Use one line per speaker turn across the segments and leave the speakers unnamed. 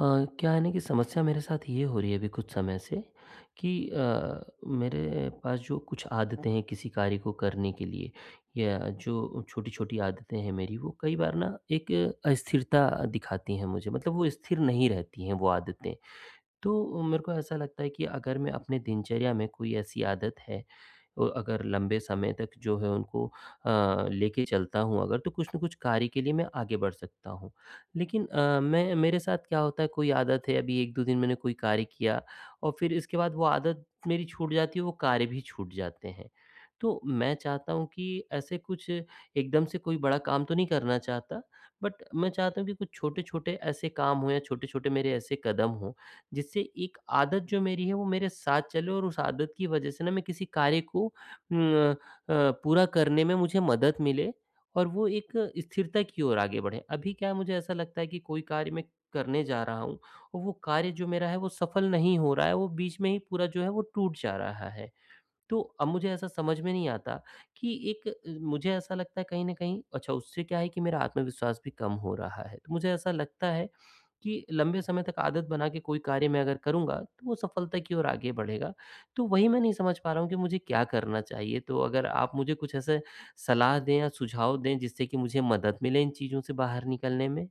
अ, क्या है ना कि समस्या मेरे साथ ये हो रही है अभी कुछ समय से कि मेरे पास जो कुछ आदतें हैं किसी कार्य को करने के लिए, या जो छोटी-छोटी आदतें हैं मेरी, वो कई बार ना एक अस्थिरता दिखाती हैं मुझे। मतलब वो स्थिर नहीं रहती हैं वो आदतें। तो मेरे को ऐसा लगता है कि अगर मैं अपने दिनचर्या में कोई ऐसी आदत है और अगर लंबे समय तक जो है उनको अ, लेके चलता हूँ अगर, तो कुछ न कुछ कार्य के लिए मैं आगे बढ़ सकता हूँ। लेकिन मैं, मेरे साथ क्या होता है, कोई आदत है, अभी 1-2 दिन मैंने कोई कार्य किया और फिर इसके बाद वो आदत मेरी छूट जाती है, वो कार्य भी छूट जाते हैं। तो मैं चाहता हूँ कि ऐसे कुछ एकदम से कोई बड़ा काम तो नहीं करना चाहता, बट मैं चाहता हूँ कि कुछ छोटे-छोटे ऐसे काम हों या छोटे-छोटे मेरे ऐसे कदम हों, जिससे एक आदत जो मेरी है वो मेरे साथ चले और उस आदत की वजह से ना मैं किसी कार्य को पूरा करने में मुझे मदद मिले और वो एक स्थिरता की ओर आगे बढ़े। अभी क्या है, मुझे ऐसा लगता है कि कोई कार्य मैं करने जा रहा हूँ और वो कार्य जो मेरा है वो सफल नहीं हो रहा है, वो बीच में ही पूरा जो है वो टूट जा रहा है। तो अब मुझे ऐसा समझ में नहीं आता कि एक मुझे ऐसा लगता है कहीं न कहीं, अच्छा उससे क्या है कि मेरा आत्मविश्वास भी कम हो रहा है। तो मुझे ऐसा लगता है कि लंबे समय तक आदत बना के कोई कार्य मैं अगर करूँगा, तो वो सफलता की ओर आगे बढ़ेगा। तो वही मैं नहीं समझ पा रहा हूँ कि मुझे क्या करना चाहिए? तो अगर आप मुझे कुछ ऐसे सलाह दें या सुझाव दें जिससे कि मुझे मदद मिले इन चीज़ों से बाहर निकलने में?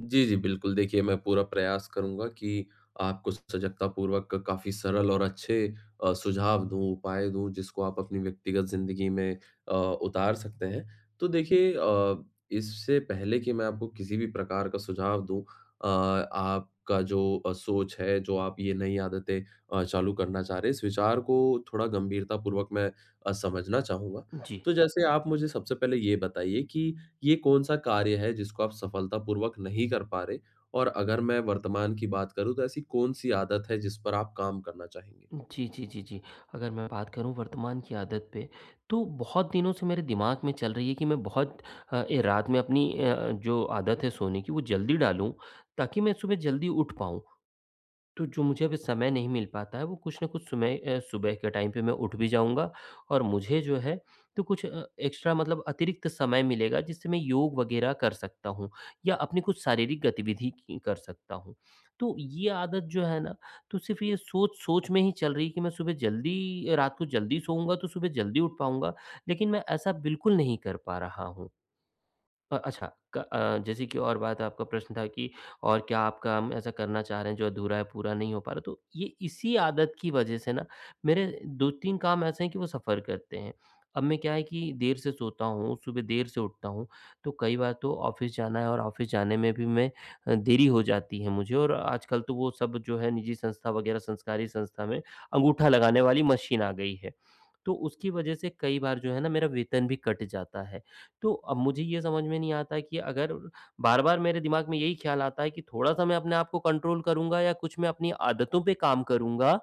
जी, जी, बिल्कुल। देखिए, मैं पूरा प्रयास करूँगा कि आपको सजगतापूर्वक काफ़ी सरल और अच्छे सुझाव दूँ, उपाय दूँ, जिसको आप अपनी व्यक्तिगत ज़िंदगी में उतार सकते हैं। तो देखिए इससे पहले कि मैं आपको किसी भी प्रकार का सुझाव दूँ आपका जो सोच है, जो आप ये नई आदतें चालू करना चाह रहे हैं, इस विचार को थोड़ा गंभीरतापूर्वक मैं समझना चाहूँगा।
जी।
तो जैसे आप मुझे सबसे पहले ये बताइए कि ये कौन-सा कार्य है जिसको आप सफलतापूर्वक नहीं कर पा रहे? और अगर मैं वर्तमान की बात करूँ तो ऐसी कौन-सी आदत है जिस पर आप काम करना चाहेंगे?
जी, जी, जी, जी। अगर मैं बात करूँ वर्तमान की आदत पे, तो बहुत दिनों से मेरे दिमाग में चल रही है कि मैं बहुत अ, ए रात में अपनी जो आदत है सोने की वो जल्दी डालूँ, ताकि मैं सुबह जल्दी उठ पाऊँ। तो जो मुझे अभी समय नहीं मिल पाता है, वो कुछ न कुछ सुबह के टाइम पे मैं उठ भी जाऊँगा और मुझे जो है, तो कुछ एक्स्ट्रा, मतलब अतिरिक्त समय मिलेगा, जिससे मैं योग वगैरह कर सकता हूँ या अपनी कुछ शारीरिक गतिविधि की कर सकता हूँ। तो ये आदत जो है ना, तो सिर्फ़ ये सोच-सोच में ही चल रही है कि मैं सुबह जल्दी, रात को जल्दी सोऊँगा, तो सुबह जल्दी उठ पाऊँगा, लेकिन मैं ऐसा बिल्कुल नहीं कर पा रहा हूँ। अच्छा, जैसे कि और बात, आपका प्रश्न था कि और क्या आप काम ऐसा करना चाह रहे हैं जो अधूरा है, पूरा नहीं हो पा रहा? तो ये इसी आदत की वजह से ना मेरे 2-3 काम ऐसे हैं कि वो सफ़र करते हैं। अब मैं, क्या है कि देर से सोता हूँ, सुबह देर से उठता हूँ, तो कई बार तो ऑफ़िस जाना है और ऑफ़िस जाने में भी मैं देरी हो जाती है मुझे, और आजकल तो वो सब जो है निजी संस्था वगैरह, संस्कारी संस्था में अंगूठा लगाने वाली मशीन आ गई है। तो उसकी वजह से कई बार जो है ना मेरा वेतन भी कट जाता है। तो अब मुझे ये समझ में नहीं आता कि अगर बार-बार मेरे दिमाग में यही ख़्याल आता है कि थोड़ा-सा मैं अपने आप को कंट्रोल करूँगा या कुछ मैं अपनी आदतों पे काम करूँगा,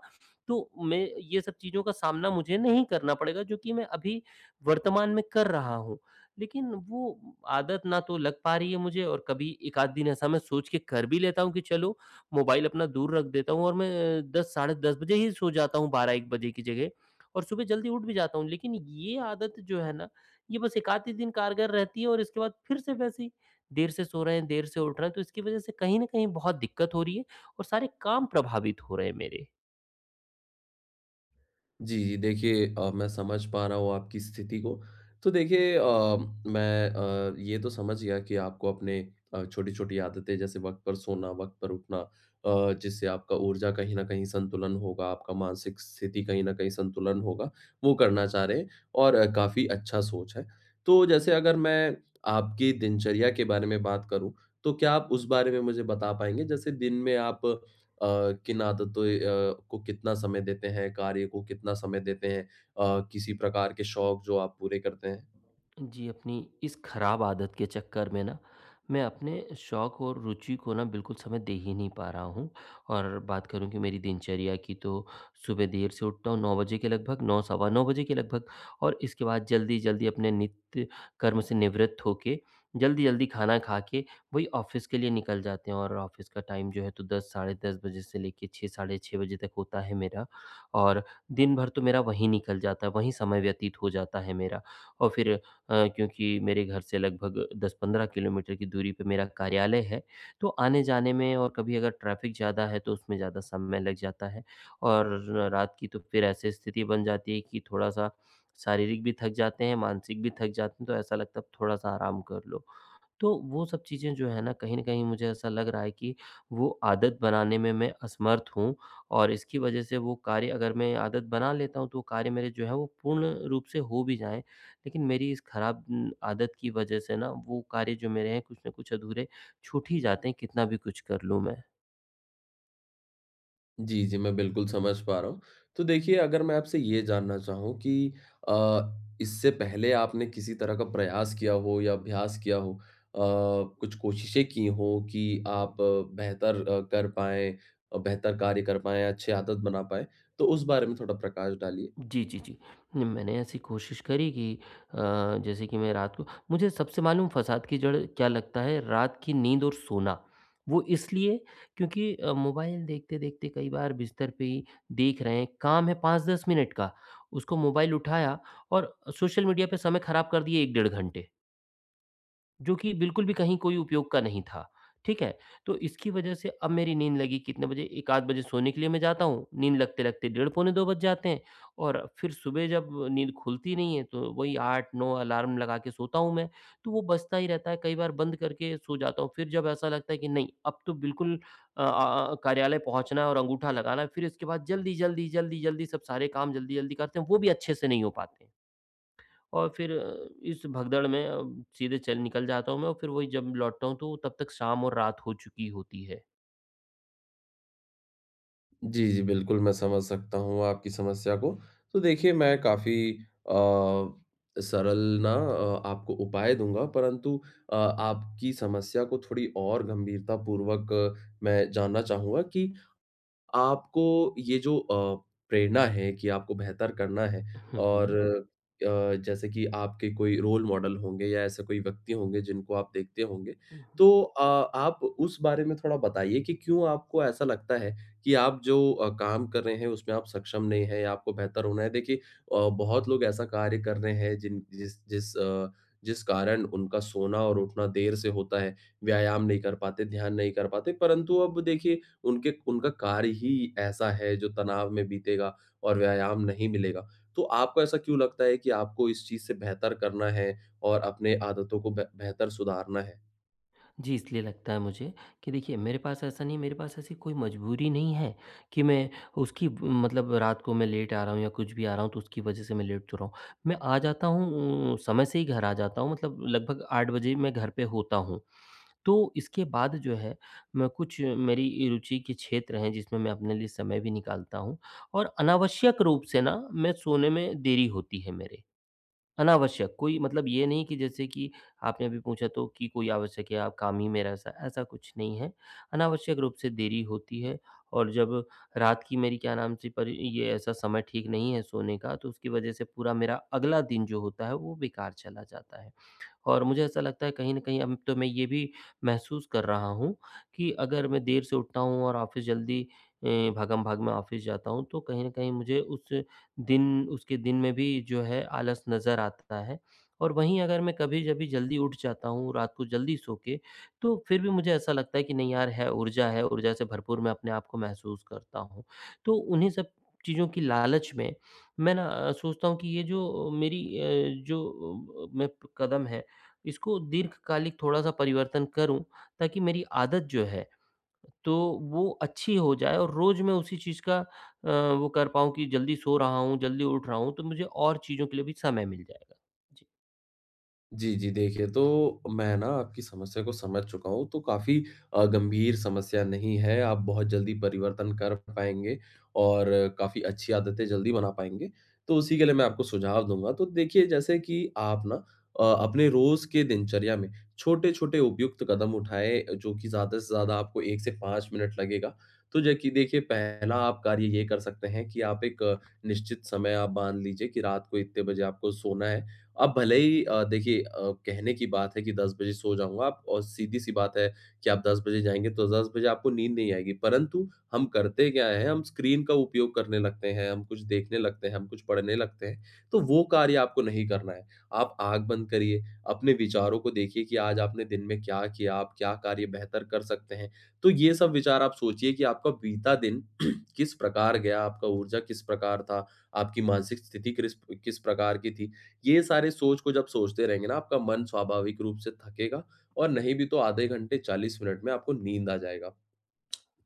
तो मैं ये सब चीज़ों का सामना मुझे नहीं करना पड़ेगा, जो कि मैं अभी वर्तमान में कर रहा हूँ। लेकिन वो आदत ना तो लग पा रही है मुझे, और कभी 1 आध दिन ऐसा मैं सोच के कर भी लेता हूँ कि चलो मोबाइल अपना दूर रख देता हूँ और मैं 10 साढ़े 10 बजे ही सो जाता हूँ 12-1 बजे की जगह। और सुबह जल्दी उठ भी जाता हूँ। लेकिन ये आदत जो है ना, ये बस एक आध ही दिन कारगर रहती है और इसके बाद फिर से वैसे ही देर से सो रहे हैं, देर से उठ रहे हैं, तो इसकी वज़ह से कहीं न कहीं बहुत दिक्कत हो रही है और सारे काम प्रभावित हो रहे हैं मेरे।
जी, जी। देखिए मैं समझ पा रहा हूँ आपकी स्थिति को। तो देखिए मैं ये तो समझ गया कि आपको अपने छोटी-छोटी आदतें जैसे वक़्त पर सोना, वक़्त पर उठना जिससे आपका ऊर्जा कहीं न कहीं संतुलन होगा, आपका मानसिक स्थिति कहीं न कहीं संतुलन होगा, वो करना चाह रहे हैं और काफ़ी अच्छा सोच है। तो जैसे अगर मैं आपकी दिनचर्या के बारे में बात करूँ, तो क्या आप उस बारे में मुझे बता पाएँगे? जैसे दिन में आप किन आदतों को कितना समय देते हैं, कार्य को कितना समय देते हैं, किसी प्रकार के शौक जो आप पूरे करते हैं?
जी, अपनी इस खराब आदत के चक्कर में ना, मैं अपने शौक और रुचि को ना बिल्कुल समय दे ही नहीं पा रहा हूँ। और बात करूँ कि मेरी दिनचर्या की, तो सुबह देर से उठता हूँ, 9 बजे के लगभग, 9 सवा 9 बजे के लगभग, और इसके बाद जल्दी-जल्दी अपने नित्य कर्म से निवृत्त होके, जल्दी-जल्दी खाना खा के वही ऑफ़िस के लिए निकल जाते हैं। और ऑफ़िस का टाइम जो है, तो 10 साढ़े 10 बजे से लेके 6 साढ़े 6 बजे तक होता है मेरा, और दिन भर तो मेरा वहीं निकल जाता है, वहीं समय व्यतीत हो जाता है मेरा। और फिर क्योंकि मेरे घर से लगभग 10-15 किलोमीटर की दूरी पे मेरा कार्यालय है, तो आने-जाने में और कभी अगर ट्रैफ़िक ज़्यादा है, तो उसमें ज़्यादा समय लग जाता है। और रात की तो फिर ऐसी स्थिति बन जाती है कि थोड़ा-सा शारीरिक भी थक जाते हैं, मानसिक भी थक जाते हैं, तो ऐसा लगता है अब थोड़ा-सा आराम कर लो। तो वो सब चीज़ें जो है ना, कहीं न कहीं मुझे ऐसा लग रहा है कि वो आदत बनाने में मैं असमर्थ हूँ, और इसकी वजह से वो कार्य अगर मैं आदत बना लेता हूँ, तो वो कार्य मेरे जो है वो पूर्ण रूप से हो भी जाएँ, लेकिन मेरी इस खराब आदत की वजह से ना वो कार्य जो मेरे हैं कुछ न कुछ अधूरे छूट ही जाते हैं, कितना भी कुछ कर लूँ मैं।
जी, जी, मैं बिल्कुल समझ पा रहा हूँ। तो देखिए अगर मैं आपसे ये जानना चाहूँ कि इससे पहले आपने किसी तरह का प्रयास किया हो या अभ्यास किया हो, कुछ कोशिशें की हों कि आप बेहतर कर पाएँ, बेहतर कार्य कर पाएँ, अच्छी आदत बना पाएँ? तो उस बारे में थोड़ा प्रकाश डालिए।
जी, जी, जी। नहीं, मैंने ऐसी कोशिश करी कि अ, जैसे कि मैं रात को, मुझे सबसे मालूम फसाद की जड़ क्या लगता है, रात की नींद और सोना। वो इसलिए क्योंकि मोबाइल देखते-देखते कई बार बिस्तर पे ही देख रहे हैं, काम है 5-10 मिनट का, उसको मोबाइल उठाया और सोशल मीडिया पे समय ख़राब कर दिए 1 डेढ़ घंटे। जो कि बिल्कुल भी कहीं कोई उपयोग का नहीं था, ठीक है? तो इसकी वजह से अब मेरी नींद लगी कितने बजे, 1-8 बजे सोने के लिए मैं जाता हूँ, नींद लगते-लगते डेढ़ पौने 2 बज जाते हैं। और फिर सुबह जब नींद खुलती नहीं है, तो वही 8-9 अलार्म लगा के सोता हूँ मैं, तो वो बजता ही रहता है, कई बार बंद करके सो जाता हूँ। फिर जब ऐसा लगता है कि नहीं, अब तो बिल्कुल कार्यालय पहुँचना है और अंगूठा लगाना है, फिर इसके बाद जल्दी, जल्दी, जल्दी, जल्दी सब सारे काम जल्दी-जल्दी करते हैं, वो भी अच्छे से नहीं हो पाते। और फिर इस भगदड़ में सीधे चल निकल जाता हूँ मैं, और फिर वही जब लौटता हूँ तो तब तक शाम और रात हो चुकी होती है।
जी, जी, बिल्कुल, मैं समझ सकता हूँ आपकी समस्या को। तो देखिए, मैं काफ़ी अ, सरल ना आपको उपाय दूँगा, परंतु आपकी समस्या को थोड़ी और गंभीरतापूर्वक मैं जानना चाहूँगा कि आपको ये जो प्रेरणा है कि आपको बेहतर करना है
हुँ,
और
हुँ।
हुँ। जैसे कि आपके कोई रोल मॉडल होंगे या ऐसे कोई व्यक्ति होंगे जिनको आप देखते होंगे, तो आप उस बारे में थोड़ा बताइए कि क्यों आपको ऐसा लगता है कि आप जो काम कर रहे हैं उसमें आप सक्षम नहीं हैं या आपको बेहतर होना है? देखिए बहुत लोग ऐसा कार्य कर रहे हैं जिन जिस जिस अ, जिस कारण उनका सोना और उठना देर से होता है, व्यायाम नहीं कर पाते, ध्यान नहीं कर पाते, परंतु अब देखिए उनके उनका कार्य ही ऐसा है जो तनाव में बीतेगा और व्यायाम नहीं मिलेगा। तो आपको ऐसा क्यों लगता है कि आपको इस चीज़ से बेहतर करना है और अपने आदतों को बे बेहतर सुधारना है?
जी, इसलिए लगता है मुझे कि देखिए मेरे पास ऐसा नहीं, मेरे पास ऐसी कोई मजबूरी नहीं है कि मैं उसकी, मतलब रात को मैं लेट आ रहा हूँ या कुछ भी आ रहा हूँ तो उसकी वजह से मैं लेट तो रहा हूँ। मैं आ जाता हूँ समय से ही घर आ जाता हूँ, मतलब लगभग 8 बजे मैं घर पे होता हूँ। तो इसके बाद जो है, मैं कुछ मेरी रुचि के क्षेत्र हैं जिसमें मैं अपने लिए समय भी निकालता हूँ और अनावश्यक रूप से ना मैं सोने में देरी होती है मेरे। अनावश्यक, कोई मतलब ये नहीं कि, जैसे कि आपने अभी पूछा तो कि कोई आवश्यक है, आप काम ही में ऐसा ऐसा कुछ नहीं है। अनावश्यक रूप से देरी होती है और जब रात की मेरी, क्या नाम से परि ये ऐसा समय ठीक नहीं है सोने का, तो उसकी वजह से पूरा मेरा अगला दिन जो होता है, वो बेकार चला जाता है। और मुझे ऐसा लगता है कहीं न कहीं, अब तो मैं ये भी महसूस कर रहा हूँ कि अगर मैं देर से उठता हूँ और ऑफ़िस जल्दी, अ, भागम-भाग में ऑफ़िस जाता हूँ, तो कहीं न कहीं मुझे उस दिन, उसके दिन में भी जो है आलस नज़र आता है। और वहीं अगर मैं कभी-कभी जल्दी उठ जाता हूँ, रात को जल्दी सो के, तो फिर भी मुझे ऐसा लगता है कि नहीं यार, है, ऊर्जा है, ऊर्जा से भरपूर मैं अपने आप को महसूस करता हूँ। तो उन्हीं सब चीज़ों की लालच में मैं ना सोचता हूँ कि ये जो मेरी जो कदम है, इसको दीर्घकालिक थोड़ा-सा परिवर्तन करूँ, ताकि मेरी आदत जो है, तो वो अच्छी हो जाए और रोज़ मैं उसी चीज़ का अ, वो कर पाऊँ कि जल्दी सो रहा हूँ, जल्दी उठ रहा हूँ, तो मुझे और चीज़ों के लिए भी समय मिल जाएगा। जी।
जी, जी। देखिए, तो मैं ना आपकी समस्या को समझ चुका हूँ, तो काफ़ी गंभीर समस्या नहीं है। आप बहुत जल्दी परिवर्तन कर पाएँगे और काफ़ी अच्छी आदतें जल्दी बना पाएँगे, तो उसी के लिए मैं आपको सुझाव दूँगा। तो देखिए, जैसे कि आप ना अपने रोज़ के दिनचर्या में छोटे-छोटे उपयुक्त कदम उठाएँ, जो कि ज़्यादा से ज़्यादा आपको 1 से 5 मिनट लगेगा। तो जबकि देखिए, पहला आप कार्य ये कर सकते हैं कि आप एक निश्चित समय आप बाँध लीजिए कि रात को इतने बजे आपको सोना है। अब भले ही देखिए कहने की बात है कि 10 बजे सो जाऊँगा आप और सीधी-सी बात है कि आप 10 बजे जाएँगे तो 10 बजे आपको नींद नहीं आएगी, परंतु हम करते क्या हैं, हम स्क्रीन का उपयोग करने लगते हैं, हम कुछ देखने लगते हैं, हम कुछ पढ़ने लगते हैं, तो वो कार्य आपको नहीं करना है। आप आँख बंद करिए, अपने विचारों को देखिए कि आज आपने दिन में क्या किया, आप क्या कार्य बेहतर कर सकते हैं। तो ये सब विचार आप सोचिए कि आपका बीता दिन किस प्रकार गया, आपका ऊर्जा किस प्रकार था, आपकी मानसिक स्थिति क्रिस किस प्रकार की थी। ये सारे सोच को जब सोचते रहेंगे ना, आपका मन स्वाभाविक रूप से थकेगा और नहीं भी तो आधे घंटे 40 मिनट में आपको नींद आ जाएगा।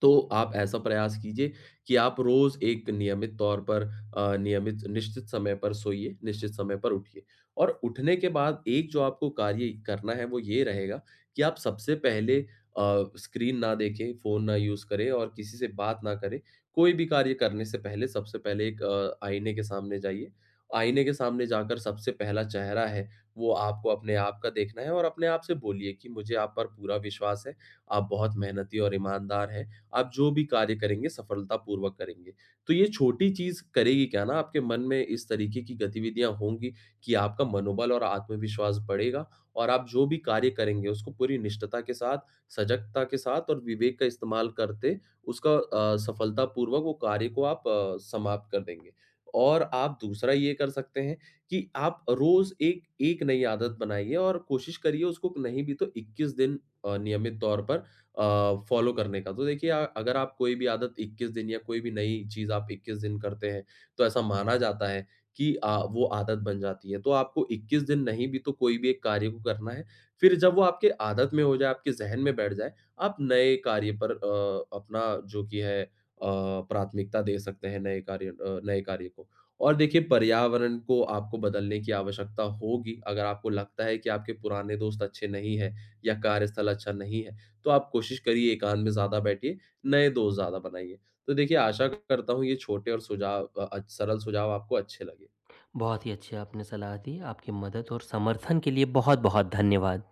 तो आप ऐसा प्रयास कीजिए कि आप रोज़ एक नियमित तौर पर नियमित निश्चित समय पर सोइए, निश्चित समय पर उठिए और उठने के बाद एक जो आपको कार्य करना है वो ये रहेगा कि आप सबसे पहले स्क्रीन ना देखें, फ़ोन ना यूज़ करें और किसी से बात ना करें। कोई भी कार्य करने से पहले सबसे पहले एक आईने के सामने जाइए। आईने के सामने जाकर सबसे पहला चेहरा है, वो आपको अपने आप का देखना है और अपने आप से बोलिए कि मुझे आप पर पूरा विश्वास है, आप बहुत मेहनती और ईमानदार हैं। आप जो भी कार्य करेंगे सफलतापूर्वक करेंगे। तो ये छोटी चीज़ करेगी क्या ना आपके मन में इस तरीके की गतिविधियाँ होंगी कि आपका मनोबल और आत्मविश्वास बढ़ेगा और आप जो भी कार्य करेंगे उसको पूरी निष्ठता के साथ, सजगता के साथ और विवेक का इस्तेमाल करते उसका सफलतापूर्वक वो कार्य को आप समाप्त कर देंगे। और आप दूसरा ये कर सकते हैं कि आप रोज़ एक एक नई आदत बनाइए और कोशिश करिए उसको नहीं भी तो 21 दिन नियमित तौर पर फॉलो करने का। तो देखिए अगर आप कोई भी आदत 21 दिन या कोई भी नई चीज़ आप 21 दिन करते हैं, तो ऐसा माना जाता है कि वो आदत बन जाती है। तो आपको 21 दिन नहीं भी तो कोई भी एक कार्य को करना है। फिर जब वो आपके आदत में हो जाए, आपके ज़हन में बैठ जाए, आप नए कार्य पर अपना जो कि है प्राथमिकता दे सकते हैं नए कार्य को। और देखिए पर्यावरण को आपको बदलने की आवश्यकता होगी, अगर आपको लगता है कि आपके पुराने दोस्त अच्छे नहीं हैं या कार्यस्थल अच्छा नहीं है। तो आप कोशिश करिए एकांत में ज़्यादा बैठिए, नए दोस्त ज़्यादा बनाइए। तो देखिए आशा करता हूँ ये छोटे और सरल सुझाव आपको अच्छे लगे।
बहुत ही अच्छी आपने सलाह दी। आपकी मदद और समर्थन के लिए बहुत-बहुत धन्यवाद।